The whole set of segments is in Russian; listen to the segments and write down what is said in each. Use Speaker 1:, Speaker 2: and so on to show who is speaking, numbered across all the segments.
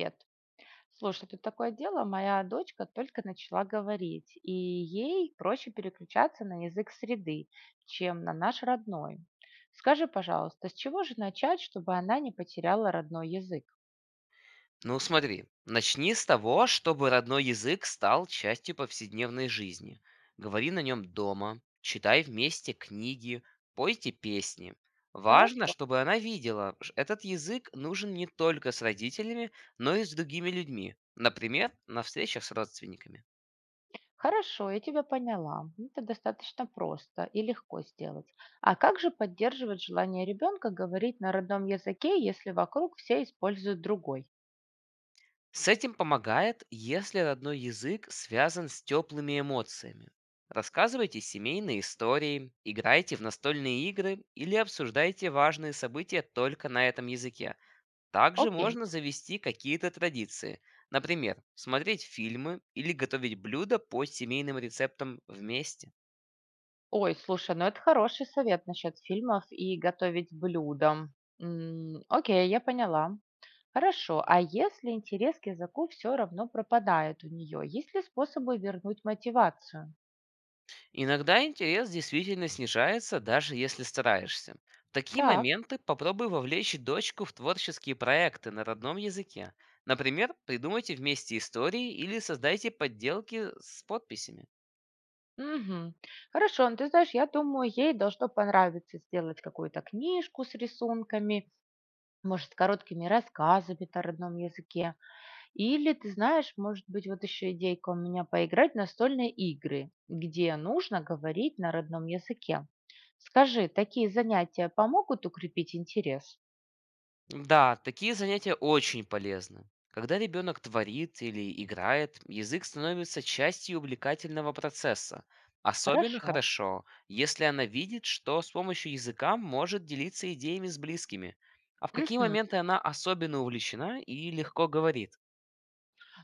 Speaker 1: Привет. Слушай, тут такое дело, моя дочка только начала говорить, и ей проще переключаться на язык среды, чем на наш родной. Скажи, пожалуйста, с чего же начать, чтобы она не потеряла родной язык?
Speaker 2: Ну смотри, начни с того, чтобы родной язык стал частью повседневной жизни. Говори на нем дома, читай вместе книги, пойте песни. Важно,
Speaker 1: Хорошо,
Speaker 2: чтобы она видела, этот язык нужен не только с родителями, но и с другими людьми. Например, на встречах с родственниками.
Speaker 1: хорошо, я тебя поняла. Это достаточно просто и легко сделать. А как же поддерживать желание ребенка говорить на родном языке, если вокруг все используют другой?
Speaker 2: С этим помогает, если родной язык связан с теплыми эмоциями. Рассказывайте семейные истории, играйте в настольные игры или обсуждайте важные события только на этом языке. Также
Speaker 1: Окей.
Speaker 2: можно завести какие-то традиции. Например, смотреть фильмы или готовить блюда по семейным рецептам вместе.
Speaker 1: Ой, слушай, ну это хороший совет насчет фильмов и готовить блюдом. Окей, я поняла. Хорошо, а если интерес к языку все равно пропадает у нее, есть ли способы вернуть мотивацию?
Speaker 2: Иногда интерес действительно снижается, даже если стараешься. В такие
Speaker 1: Так,
Speaker 2: моменты попробуй вовлечь дочку в творческие проекты на родном языке. Например, придумайте вместе истории или создайте подделки с подписями.
Speaker 1: мгм. Хорошо, ну ты знаешь, я думаю, ей должно понравиться сделать какую-то книжку с рисунками, может, с короткими рассказами на родном языке. Или, ты знаешь, может быть, вот еще идейка у меня поиграть в настольные игры, где нужно говорить на родном языке. Скажи, такие занятия помогут укрепить интерес?
Speaker 2: Да, такие занятия очень полезны. Когда ребенок творит или играет, язык становится частью увлекательного процесса. Особенно
Speaker 1: Хорошо.
Speaker 2: хорошо, если она видит, что с помощью языка может делиться идеями с близкими. А в какие
Speaker 1: Мгм.
Speaker 2: моменты она особенно увлечена и легко говорит?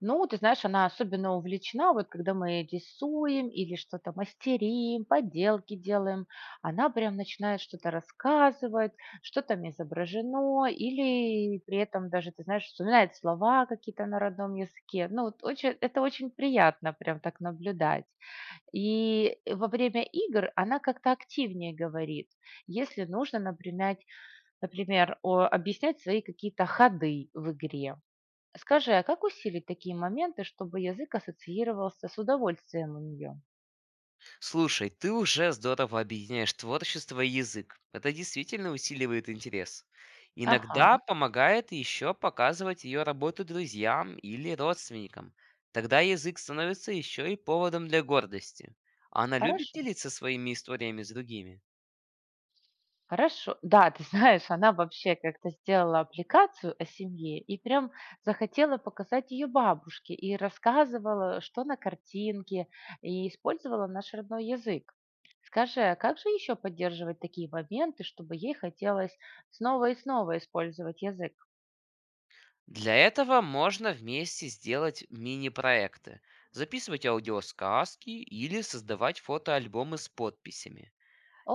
Speaker 1: Ну, ты знаешь, она особенно увлечена, вот когда мы рисуем или что-то мастерим, поделки делаем, она прям начинает что-то рассказывать, что там изображено, или при этом даже, ты знаешь, вспоминает слова какие-то на родном языке. Ну, вот очень, это очень приятно прям так наблюдать. И во время игр она как-то активнее говорит. Если нужно, например, объяснять свои какие-то ходы в игре. Скажи, а как усилить такие моменты, чтобы язык ассоциировался с удовольствием у нее?
Speaker 2: Слушай, ты уже здорово объединяешь творчество и язык. Это действительно усиливает интерес.
Speaker 1: Ага,
Speaker 2: Иногда помогает еще показывать ее работу друзьям или родственникам. Тогда язык становится еще и поводом для гордости. Она любит
Speaker 1: хорошо.
Speaker 2: делиться своими историями с другими.
Speaker 1: Хорошо. Да, ты знаешь, она вообще как-то сделала аппликацию о семье и прям захотела показать ее бабушке и рассказывала, что на картинке, и использовала наш родной язык. Скажи, а как же еще поддерживать такие моменты, чтобы ей хотелось снова и снова использовать язык?
Speaker 2: Для этого можно вместе сделать мини-проекты, записывать аудиосказки или создавать фотоальбомы с подписями.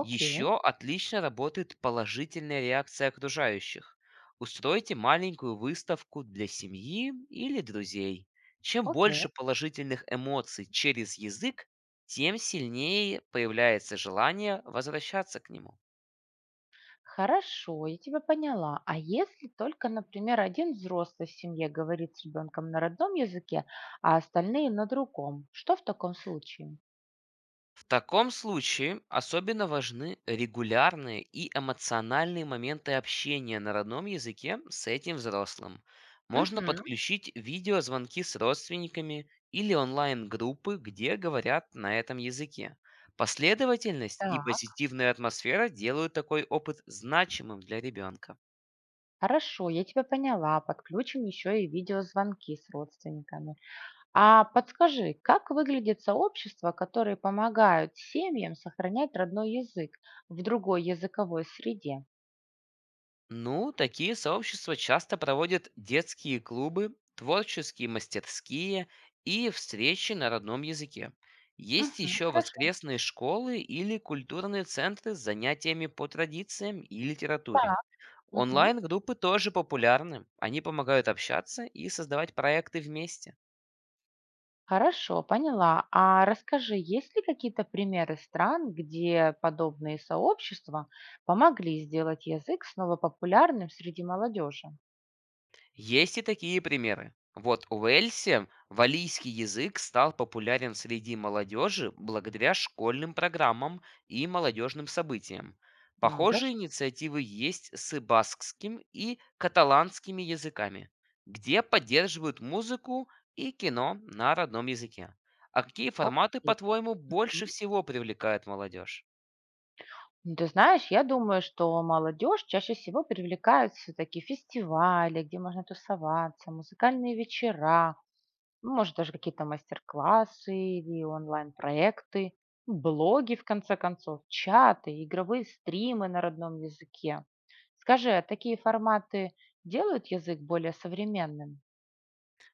Speaker 1: Окей,
Speaker 2: отлично работает положительная реакция окружающих. Устройте маленькую выставку для семьи или друзей. Чем
Speaker 1: окей.
Speaker 2: больше положительных эмоций через язык, тем сильнее появляется желание возвращаться к нему.
Speaker 1: Хорошо, я тебя поняла. А если только, например, один взрослый в семье говорит с ребенком на родном языке, а остальные на другом, что в таком случае?
Speaker 2: В таком случае особенно важны регулярные и эмоциональные моменты общения на родном языке с этим взрослым. Можно
Speaker 1: Мгм.
Speaker 2: подключить видеозвонки с родственниками или онлайн-группы, где говорят на этом языке. Последовательность и
Speaker 1: Так,
Speaker 2: позитивная атмосфера делают такой опыт значимым для ребенка.
Speaker 1: хорошо, я тебя поняла. Подключим еще и видеозвонки с родственниками. А подскажи, как выглядят сообщества, которые помогают семьям сохранять родной язык в другой языковой среде?
Speaker 2: Ну, такие сообщества часто проводят детские клубы, творческие мастерские и встречи на родном языке. Есть
Speaker 1: Мгм,
Speaker 2: еще
Speaker 1: хорошо.
Speaker 2: воскресные школы или культурные центры с занятиями по традициям и литературе.
Speaker 1: Так. Мгм.
Speaker 2: Онлайн-группы тоже популярны. Они помогают общаться и создавать проекты вместе.
Speaker 1: Хорошо, поняла. А расскажи, есть ли какие-то примеры стран, где подобные сообщества помогли сделать язык снова популярным среди молодежи?
Speaker 2: Есть и такие примеры. Вот в Уэльсе валийский язык стал популярен среди молодежи благодаря школьным программам и молодежным событиям.
Speaker 1: Надо же.
Speaker 2: Похожие инициативы есть с баскским и каталанскими языками, где поддерживают музыку и кино на родном языке. А какие форматы,
Speaker 1: Окей.
Speaker 2: по-твоему, больше
Speaker 1: Мгм.
Speaker 2: всего привлекают молодежь?
Speaker 1: Ну, ты знаешь, я думаю, что молодежь чаще всего привлекают все-таки фестивали, где можно тусоваться, музыкальные вечера. Ну, может, даже какие-то мастер-классы или онлайн-проекты, ну, блоги, в конце концов, чаты, игровые стримы на родном языке. Скажи, а такие форматы делают язык более современным?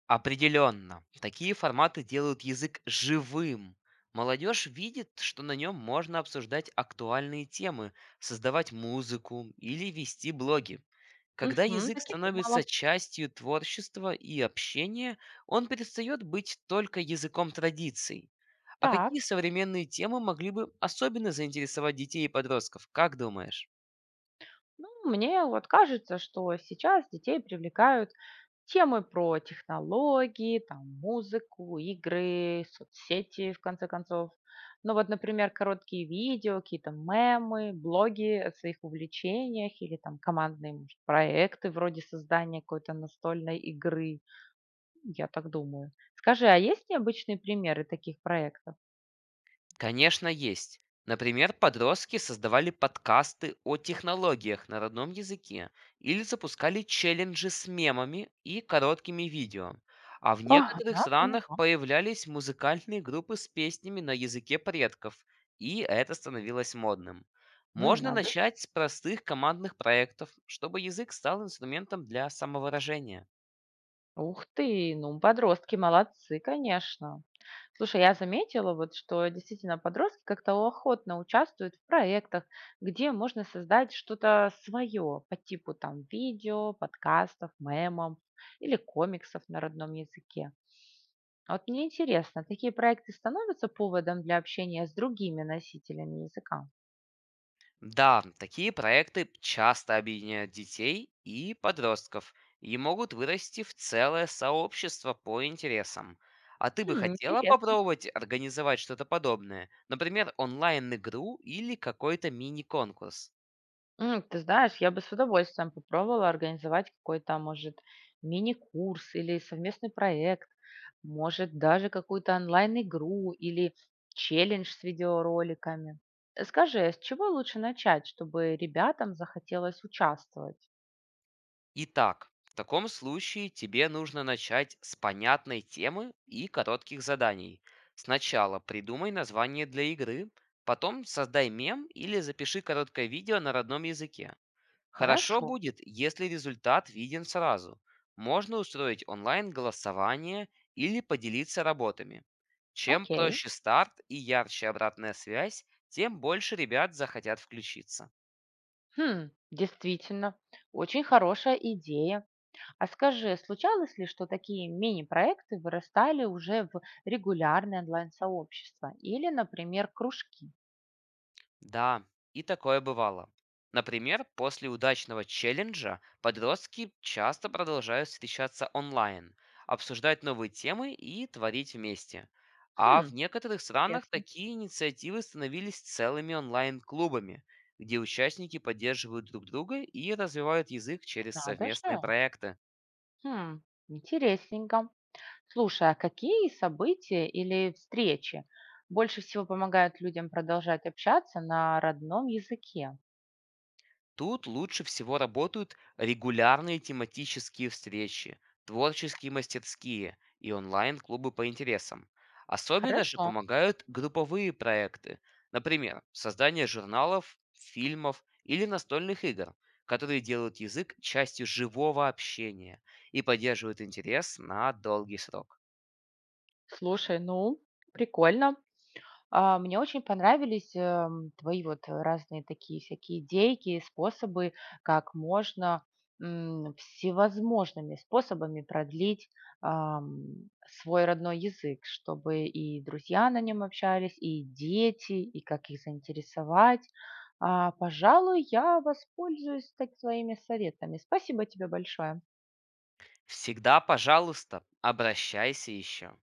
Speaker 2: Определенно, такие форматы делают язык живым. Молодежь видит, что на нем можно обсуждать актуальные темы, создавать музыку или вести блоги. Когда
Speaker 1: Угу,
Speaker 2: язык
Speaker 1: так и думала.
Speaker 2: становится частью творчества и общения, он перестает быть только языком традиций. А
Speaker 1: Так,
Speaker 2: какие современные темы могли бы особенно заинтересовать детей и подростков, как думаешь?
Speaker 1: ну, мне вот кажется, что сейчас детей привлекают темы про технологии, там, музыку, игры, соцсети, в конце концов. Ну вот, например, короткие видео, какие-то мемы, блоги о своих увлечениях или там командные может, проекты вроде создания какой-то настольной игры, я так думаю. Скажи, а есть необычные примеры таких проектов?
Speaker 2: Конечно, есть. Например, подростки создавали подкасты о технологиях на родном языке или запускали челленджи с мемами и короткими видео. А в
Speaker 1: Ага.
Speaker 2: некоторых
Speaker 1: Ага,
Speaker 2: странах
Speaker 1: поняла.
Speaker 2: появлялись музыкальные группы с песнями на языке предков, и это становилось модным.
Speaker 1: М,
Speaker 2: Можно
Speaker 1: надо
Speaker 2: начать с простых командных проектов, чтобы язык стал инструментом для самовыражения.
Speaker 1: Ух ты, ну подростки молодцы, конечно. Слушай, я заметила вот, что действительно подростки как-то охотно участвуют в проектах, где можно создать что-то свое по типу там видео, подкастов, мемов или комиксов на родном языке. А вот мне интересно, такие проекты становятся поводом для общения с другими носителями языка?
Speaker 2: Да, такие проекты часто объединяют детей и подростков и могут вырасти в целое сообщество по интересам. А ты бы
Speaker 1: Хм,
Speaker 2: хотела
Speaker 1: интересно.
Speaker 2: попробовать организовать что-то подобное? Например, онлайн-игру или какой-то мини-конкурс?
Speaker 1: Ты знаешь, я бы с удовольствием попробовала организовать какой-то, может, мини-курс или совместный проект, может, даже какую-то онлайн-игру или челлендж с видеороликами. Скажи, а с чего лучше начать, чтобы ребятам захотелось участвовать?
Speaker 2: Итак, в таком случае тебе нужно начать с понятной темы и коротких заданий. Сначала придумай название для игры, потом создай мем или запиши короткое видео на родном языке. Хорошо
Speaker 1: Хорошо,
Speaker 2: будет, если результат виден сразу. Можно устроить онлайн-голосование или поделиться работами. Чем
Speaker 1: окей.
Speaker 2: проще старт и ярче обратная связь, тем больше ребят захотят включиться.
Speaker 1: Хм, действительно, очень хорошая идея. А скажи, случалось ли, что такие мини-проекты вырастали уже в регулярное онлайн-сообщество или, например, кружки?
Speaker 2: Да, и такое бывало. Например, после удачного челленджа подростки часто продолжают встречаться онлайн, обсуждать новые темы и творить вместе. А
Speaker 1: Хм,
Speaker 2: в некоторых странах
Speaker 1: интересно.
Speaker 2: такие инициативы становились целыми онлайн-клубами, где участники поддерживают друг друга и развивают язык через
Speaker 1: Надо
Speaker 2: совместные
Speaker 1: же.
Speaker 2: проекты.
Speaker 1: Хм, интересненько. Слушай, а какие события или встречи больше всего помогают людям продолжать общаться на родном языке?
Speaker 2: Тут лучше всего работают регулярные тематические встречи, творческие мастерские и онлайн-клубы по интересам. Особенно же
Speaker 1: Хорошо.
Speaker 2: помогают групповые проекты, например, создание журналов, фильмов или настольных игр, которые делают язык частью живого общения и поддерживают интерес на долгий срок.
Speaker 1: Слушай, ну, прикольно. Мне очень понравились твои вот разные такие всякие идейки, способы, как можно всевозможными способами продлить свой родной язык, чтобы и друзья на нем общались, и дети, и как их заинтересовать. Пожалуй, я воспользуюсь так твоими советами. Спасибо тебе большое.
Speaker 2: Всегда, пожалуйста, обращайся еще.